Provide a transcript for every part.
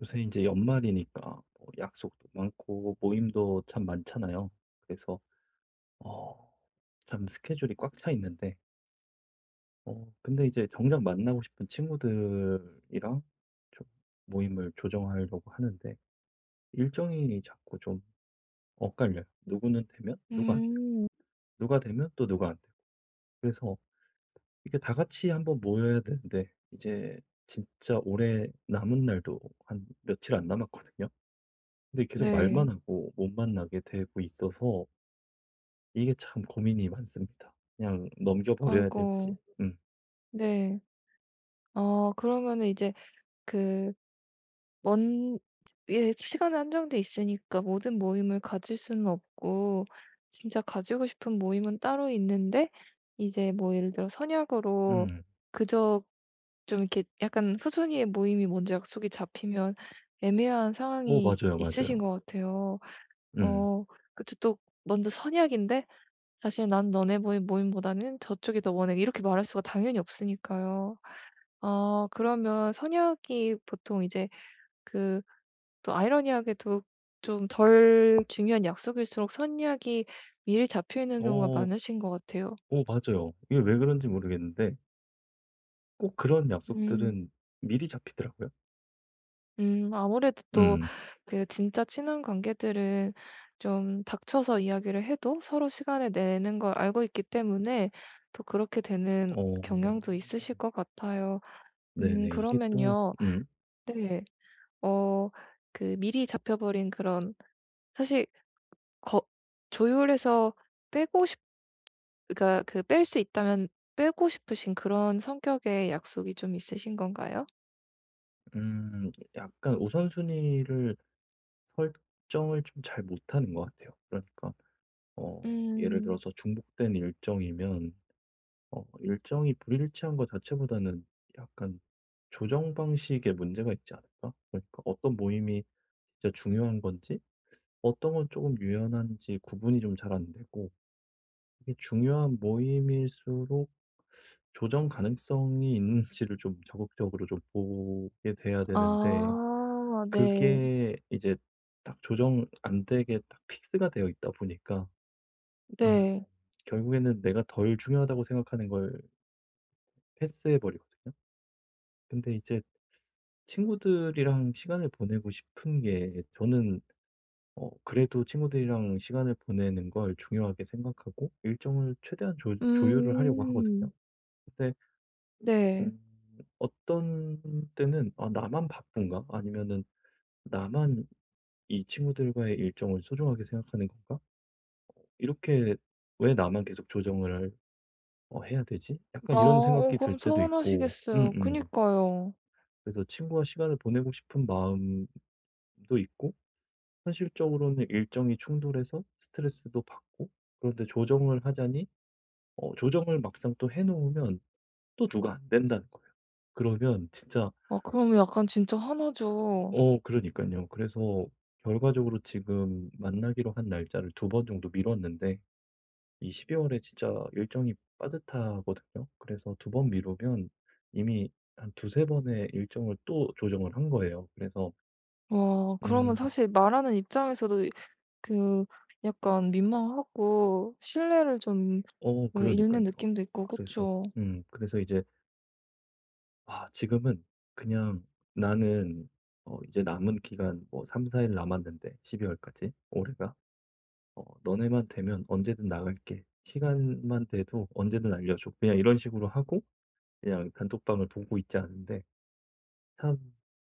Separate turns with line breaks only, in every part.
요새 이제 연말이니까 뭐 약속도 많고 모임도 참 많잖아요. 그래서 어 참 스케줄이 꽉 차 있는데 근데 이제 정작 만나고 싶은 친구들이랑 좀 모임을 조정하려고 하는데 일정이 자꾸 좀 엇갈려요. 누구는 되면 누가 안 되고
음.
누가 되면 또 누가 안 되고. 그래서 이게 다 같이 한번 모여야 되는데 이제 진짜 올해 남은 날도 한 며칠 안 남았거든요. 근데 계속 말만
네.
하고 못 만나게 되고 있어서 이게 참 고민이 많습니다. 그냥 넘겨 버려야 될지.
아이고.
음.
네. 그러면은 이제 그 먼 예 시간은 한정돼 있으니까 모든 모임을 가질 수는 없고 진짜 가지고 싶은 모임은 따로 있는데 이제 뭐 예를 들어 선약으로
음.
그저 좀 이렇게 약간 후순위의 모임이 먼저 약속이 잡히면 애매한
오
상황이 있
맞아요,
있으신
맞아요.
것 같아요.
음.
어 그쵸. 또 먼저 선약인데 사실 "난 너네 모임보다는 저쪽이 더 원해." 이렇게 말할 수가 당연히 없으니까요. 그러면 선약이 보통 이제 그 또 아이러니하게도 좀 덜 중요한 약속일수록 선약이 미리 잡혀 있는 경우가
오,
많으신 것 같아요.
오 맞아요. 이게 왜 그런지 모르겠는데 꼭 그런
음.
약속들은 미리 잡히더라고요.
아무래도 또
음.
진짜 친한 관계들은 좀 닥쳐서 이야기를 해도 서로 시간을 내는 걸 알고 있기 때문에 또 그렇게 되는
어.
경향도 있으실 것 같아요.
네네. 이게 또
그러면요. 네. 어 미리 잡혀 버린 그런 사실 거 조율해서 빼고 싶 그러니까 뺄 수 있다면 빼고 싶으신 그런 성격의 약속이 좀 있으신 건가요?
약간 우선순위를 설정을 좀 잘 못하는 것 같아요. 그러니까 예를
음.
들어서 중복된 일정이면 일정이 불일치한 것 자체보다는 약간 조정 방식에 문제가 있지 않을까? 그러니까 어떤 모임이 진짜 중요한 건지 어떤 건 조금 유연한지 구분이 좀 잘 안 되고 이게 중요한 모임일수록 조정 가능성이 있는지를 좀 적극적으로 좀 보게 돼야 되는데
아. 네.
그게 이제 딱 조정 안 되게 딱 픽스가 되어 있다 보니까 음
네.
결국에는 내가 덜 중요하다고 생각하는 걸 패스해 버리거든요. 근데 이제 친구들이랑 시간을 보내고 싶은 게 저는 그래도 친구들이랑 시간을 보내는 걸 중요하게 생각하고 일정을 최대한 조 조율을 하려고 하거든요.
음.
근데
네.
음 어떤 때는 '아 나만 바쁜가?' 아니면은 '나만 이 친구들과의 일정을 소중하게 생각하는 건가? 이렇게 왜 나만 계속 조정을 해야 되지?'
아,
약간 이런 생각이 들
그럼
때도 있고
서운하시겠어요.
음음.
그니까요.
그래서 친구와 시간을 보내고 싶은 마음도 있고 현실적으로는 일정이 충돌해서 스트레스도 받고 그런데 조정을 하자니 조정을 막상 또 해 놓으면 또 누가 안 된다는 거예요. 그러면 진짜.
아, 그러면 약간 진짜 화나죠.
그러니까요. 그래서 결과적으로 지금 만나기로 한 날짜를 두 번 정도 미뤘는데 이 12 월에 진짜 일정이 빠듯하거든요. 그래서 두 번 미루면 이미 한 두세 번의 일정을 또 조정을 한 거예요. 그래서
와, 그러면
음
사실 말하는 입장에서도 그 약간 민망하고 신뢰를 좀
그러니까요
읽는 느낌도 있고
그래서
그쵸.
그래서 이제 아 지금은 그냥 나는 이제 남은 기간 뭐 3-4일 남았는데 12 월까지 올해가 "너네만 되면 언제든 나갈게. 시간만 돼도 언제든 알려줘." 그냥 이런 식으로 하고 그냥 단톡방을 보고 있지 않은데 참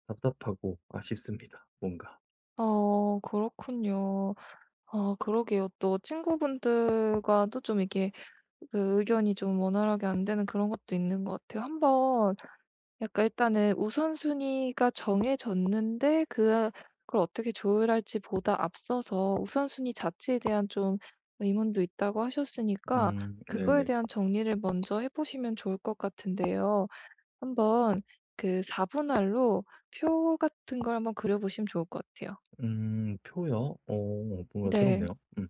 답답하고 아쉽습니다 뭔가.
아, 그렇군요. 아, 그러게요. 또 친구분들과도 좀 이게 그 의견이 좀 원활하게 안 되는 그런 것도 있는 것 같아요. 한번 약간 일단은 우선순위가 정해졌는데 그걸 어떻게 조율할지 보다 앞서서 우선순위 자체에 대한 좀 의문도 있다고 하셨으니까 그거에
네네.
대한 정리를 먼저 해 보시면 좋을 것 같은데요. 한번 4 분할로 표 같은 걸 한번 그려 보시면 좋을 것 같아요.
표요? 뭔가
네.
새롭네요. 음.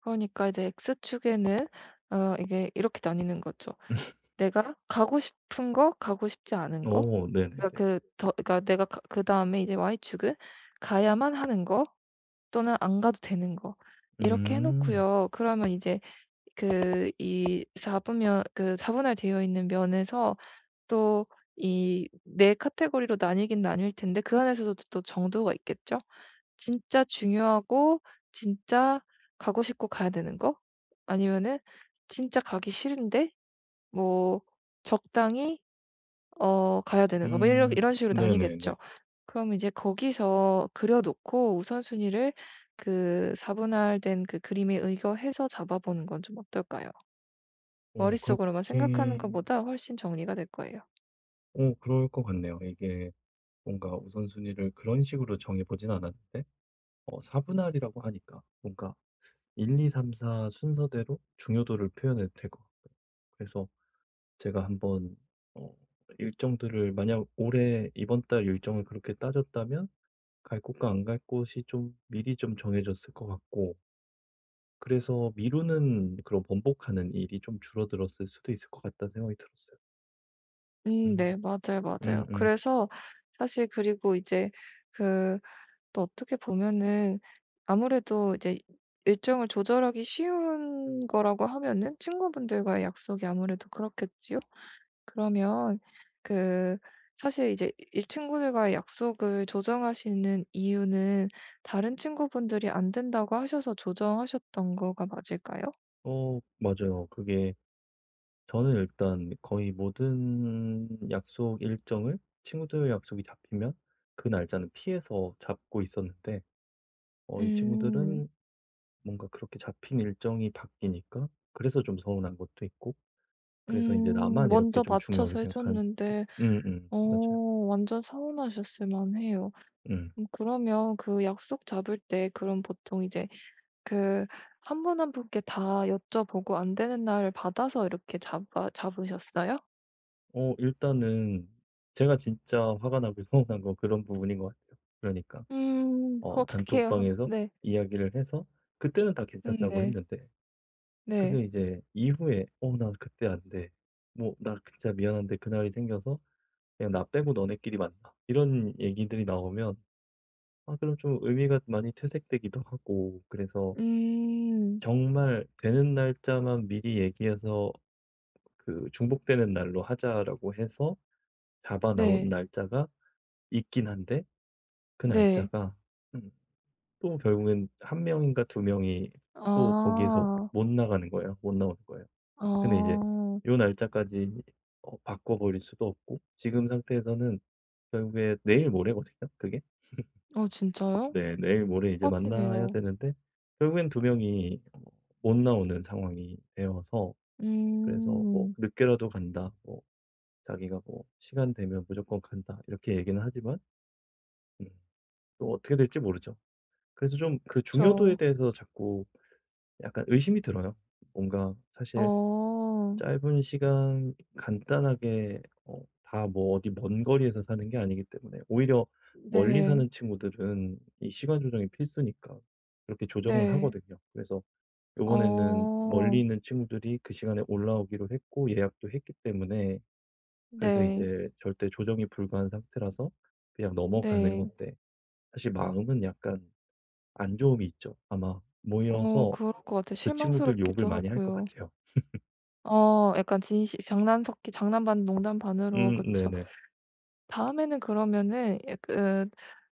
그러니까 이제 X축에는 이게 이렇게 나뉘는 거죠. 내가 가고 싶은 거, 가고 싶지 않은 거.
어
그러니까
네네네.
그 더 그러니까 내가 가 그다음에 이제 Y축은 가야만 하는 거, 또는 안 가도 되는 거. 이렇게 해
음.
놓고요. 그러면 이제 그 이 사 분면 그 4 분할되어 있는 면에서 또 이 네 카테고리로 나뉘긴 나뉠 텐데 그 안에서도 또 정도가 있겠죠? 진짜 중요하고 진짜 가고 싶고 가야 되는 거? 아니면은 진짜 가기 싫은데 뭐 적당히 가야 되는 거. 뭐 이러 이런 식으로
네네네.
나뉘겠죠. 그럼 이제 거기서 그려 놓고 우선순위를 사분할된 그림에 의거해서 잡아보는 건 좀 어떨까요? 머릿속으로만
그렇게.
생각하는 것보다 훨씬 정리가 될 거예요.
그럴 것 같네요. 이게 뭔가 우선순위를 그런 식으로 정해 보진 않았는데 사분할이라고 하니까 뭔가 1, 2, 3, 4 순서대로 중요도를 표현해도 될 것 같고요. 그래서 제가 한번 어 일정들을 만약 올해 이번 달 일정을 그렇게 따졌다면 갈 곳과 안 갈 곳이 좀 미리 좀 정해졌을 것 같고 그래서 미루는 그런 번복하는 일이 좀 줄어들었을 수도 있을 것 같다는 생각이 들었어요.
음.
음.
네. 맞아요, 맞아요.
음음.
그래서 사실 그리고 이제 그 또 어떻게 보면은 아무래도 이제 일정을 조절하기 쉬운 거라고 하면은 친구분들과의 약속이 아무래도 그렇겠지요? 그러면 그 사실 이제 이 친구들과의 약속을 조정하시는 이유는 다른 친구분들이 안 된다고 하셔서 조정하셨던 거가 맞을까요?
어 맞아요. 그게 저는 일단 거의 모든 약속 일정을 친구들 약속이 잡히면 그 날짜는 피해서 잡고 있었는데 이
음.
친구들은 뭔가 그렇게 잡힌 일정이 바뀌니까 그래서 좀 서운한 것도 있고 그래서 이제
음.
나만 이렇게
먼저
좀 중요하게
맞춰서 해
생각하는지
줬는데
음음.
어
맞아요.
완전 서운하셨을 만해요.
음.
그러면 그 약속 잡을 때 그럼 보통 이제 그 한 분 한 분께 다 여쭤보고 안 되는 날 받아서 이렇게 잡아 잡으셨어요?
일단은 제가 진짜 화가 나고 서운한 건 그런 부분인 것 같아요. 그러니까
음. 어떡해요.
단톡방에서
네.
이야기를 해서 그때는 다
음.
괜찮다고
네.
했는데
네.
근데 이제 이후에 "어 나 그때 안 돼." 뭐 "나 진짜 미안한데 그날이 생겨서 그냥 나 빼고 너네끼리 만나." 이런 얘기들이 나오면 아 그럼 좀 의미가 많이 퇴색되기도 하고 그래서
음.
정말 되는 날짜만 미리 얘기해서 그 중복되는 날로 하자라고 해서 잡아 나온
네.
날짜가 있긴 한데 그
네.
날짜가 음 또 결국엔 한 명인가 두 명이 또 거기에서
아.
못 나가는 거예요. 못 나오는 거예요.
아.
근데 이제 요 날짜까지 바꿔버릴 수도 없고 지금 상태에서는 결국에 내일 모레거든요, 그게.
어, 진짜요?
네. 내일 모레 이제
코앞이네요.
만나야 되는데 결국엔 두 명이 못 나오는 상황이 되어서 그래서 뭐
음.
"늦게라도 간다." 뭐 자기가 뭐 "시간 되면 무조건 간다." 이렇게 얘기는 하지만 음 또 어떻게 될지 모르죠. 그래서 좀 그
그쵸.
중요도에 대해서 자꾸 약간 의심이 들어요. 뭔가 사실
어.
짧은 시간 간단하게 다 뭐 어디 먼 거리에서 사는 게 아니기 때문에 오히려 멀리
네.
사는 친구들은 이 시간 조정이 필수니까 그렇게 조정을
네.
하거든요. 그래서 요번에는 멀리
어.
있는 친구들이 그 시간에 올라오기로 했고 예약도 했기 때문에 그래서
네.
이제 절대 조정이 불가한 상태라서 그냥 넘어가는
네.
건데 사실 마음은 약간 안 좋음이 있죠. 아마
어,
모여서
그럴 것 같아요.
그 친구들 욕을
실망스럽기도
많이 할 것
하고요.
같아요.
약간 진실 장난 섞기 장난 반 농담 반으로 그쵸.
네네.
다음에는 그러면은 약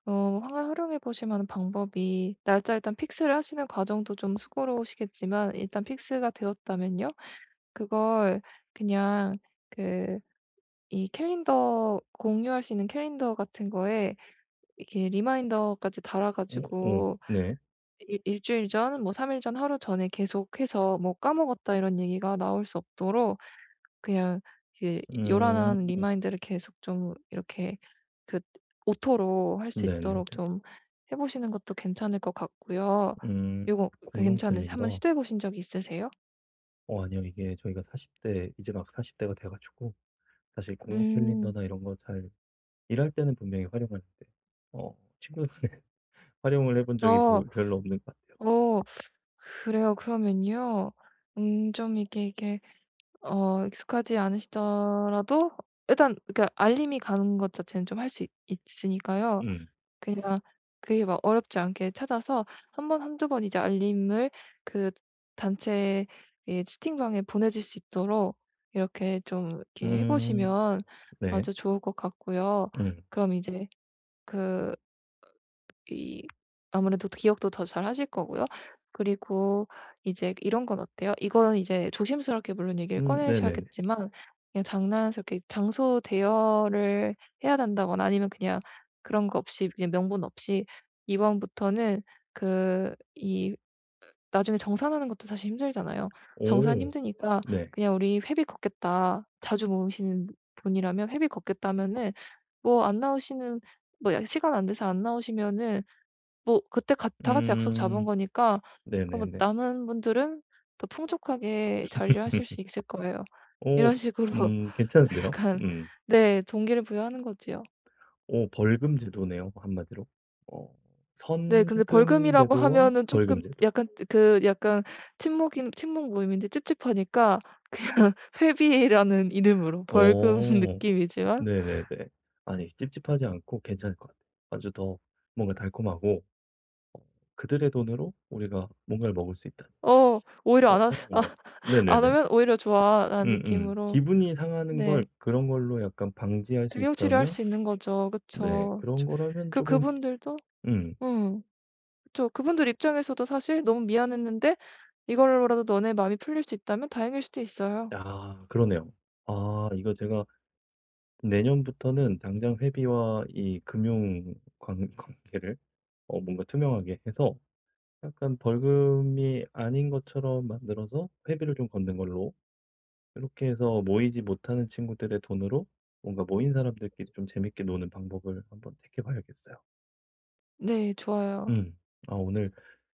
어화 활용해 보실 만한 방법이, 날짜 일단 픽스를 하시는 과정도 좀 수고로우시겠지만 일단 픽스가 되었다면요. 그걸 그냥 그 이 캘린더, 공유할 수 있는 캘린더 같은 거에 이렇게 리마인더까지 달아
어 어.
가지고
네.
일 일주일 전, 뭐 3 일 전, 하루 전에 계속해서 뭐 "까먹었다." 이런 얘기가 나올 수 없도록 그냥 그
음.
요란한 리마인드를 계속 좀 이렇게 그 오토로 할 수
네네네.
있도록 좀 해 보시는 것도 괜찮을 것 같고요.
음.
요거
공용
괜찮으세, 한번
캘린더?
시도해 보신 적이 있으세요?
어 아니요. 이게 저희가 40대 이제 막 40 대가 돼 가지고 사실 공용
음.
캘린더나 이런 거 잘 일할 때는 분명히 활용하는데 친구들한테 활용을 해본 적이
어.
보 별로 없는 것 같아요.
어. 그래요. 그러면요. 좀 이게 익숙하지 않으시더라도 일단 그러니까 알림이 가는 것 자체는 좀 할 수 있으니까요.
음.
그냥 그게 막 어렵지 않게 찾아서 한 두 번 이제 알림을 그 단체의 채팅방에 보내줄 수 있도록 이렇게 좀 이렇게 해
음.
보시면
네.
아주 좋을 것 같고요.
음.
그럼 이제 그 이 아무래도 기억도 더 잘하실 거고요. 그리고 이제 이런 건 어때요? 이거는 이제 조심스럽게 물론 얘기를
네네네.
꺼내셔야겠지만 그냥 장난스럽게 장소 대여를 해야 된다거나 아니면 그냥 그런 거 없이 그냥 명분 없이 "이번부터는 이 나중에 정산하는 것도 사실 힘들잖아요. 정산
오.
힘드니까
네.
그냥 우리 회비 걷겠다." 자주 모으시는 분이라면 회비 걷겠다 면은 뭐 안 나오시는, 뭐 시간 안 돼서 안 나오시면은 뭐 그때 같 다 같이 약속 잡은
음.
거니까 그뭐
네네네.
남은 분들은 더 풍족하게 잔류하실 수 있을 거예요.
오..
이런 식으로
괜찮은데요?
약간,
음.
네, 동기를 부여하는 거지요.
오 벌금 제도네요 한마디로. 어
네, 근데
선금
벌금이라고
제도와
하면은
벌금
조금
제도.
약간 친목 모임인데 찝찝하니까 그냥 회비라는 이름으로 벌금
오
느낌이지만
네네네. 아니 찝찝하지 않고 괜찮을 것 같아요. 아주 더 뭔가 달콤하고 어 그들의 돈으로 우리가 뭔가를 먹을 수 있다
어, 오히려
어
안 하
어.
안
네네네.
하면 오히려 좋아라는
음음.
느낌으로.
기분이 상하는
네,
걸 그런 걸로 약간 방지할 수
금융치료 할
있다면
수 있는 거죠.
네
그쵸.
그런
좀
거라면 조금
그분들도.
음.
음. 그쵸. 그분들 입장에서도 사실 너무 미안했는데 이걸로라도 너네 마음이 풀릴 수 있다면 다행일 수도 있어요.
아 그러네요. 아 이거 제가 내년부터는 당장 회비와 이 금융 관계를 뭔가 투명하게 해서 약간 벌금이 아닌 것처럼 만들어서 회비를 좀 걷는 걸로 이렇게 해서 모이지 못하는 친구들의 돈으로 뭔가 모인 사람들끼리 좀 재밌게 노는 방법을 한번 택해 봐야겠어요.
네. 좋아요.
음. 아, 오늘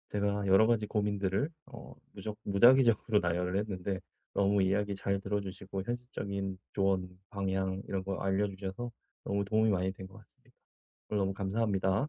제가 여러 가지 고민들을 무적 무작위적으로 나열을 했는데 너무 이야기 잘 들어 주시고 현실적인 조언, 방향 이런 거 알려 주셔서 너무 도움이 많이 된 것 같습니다. 오늘 너무 감사합니다.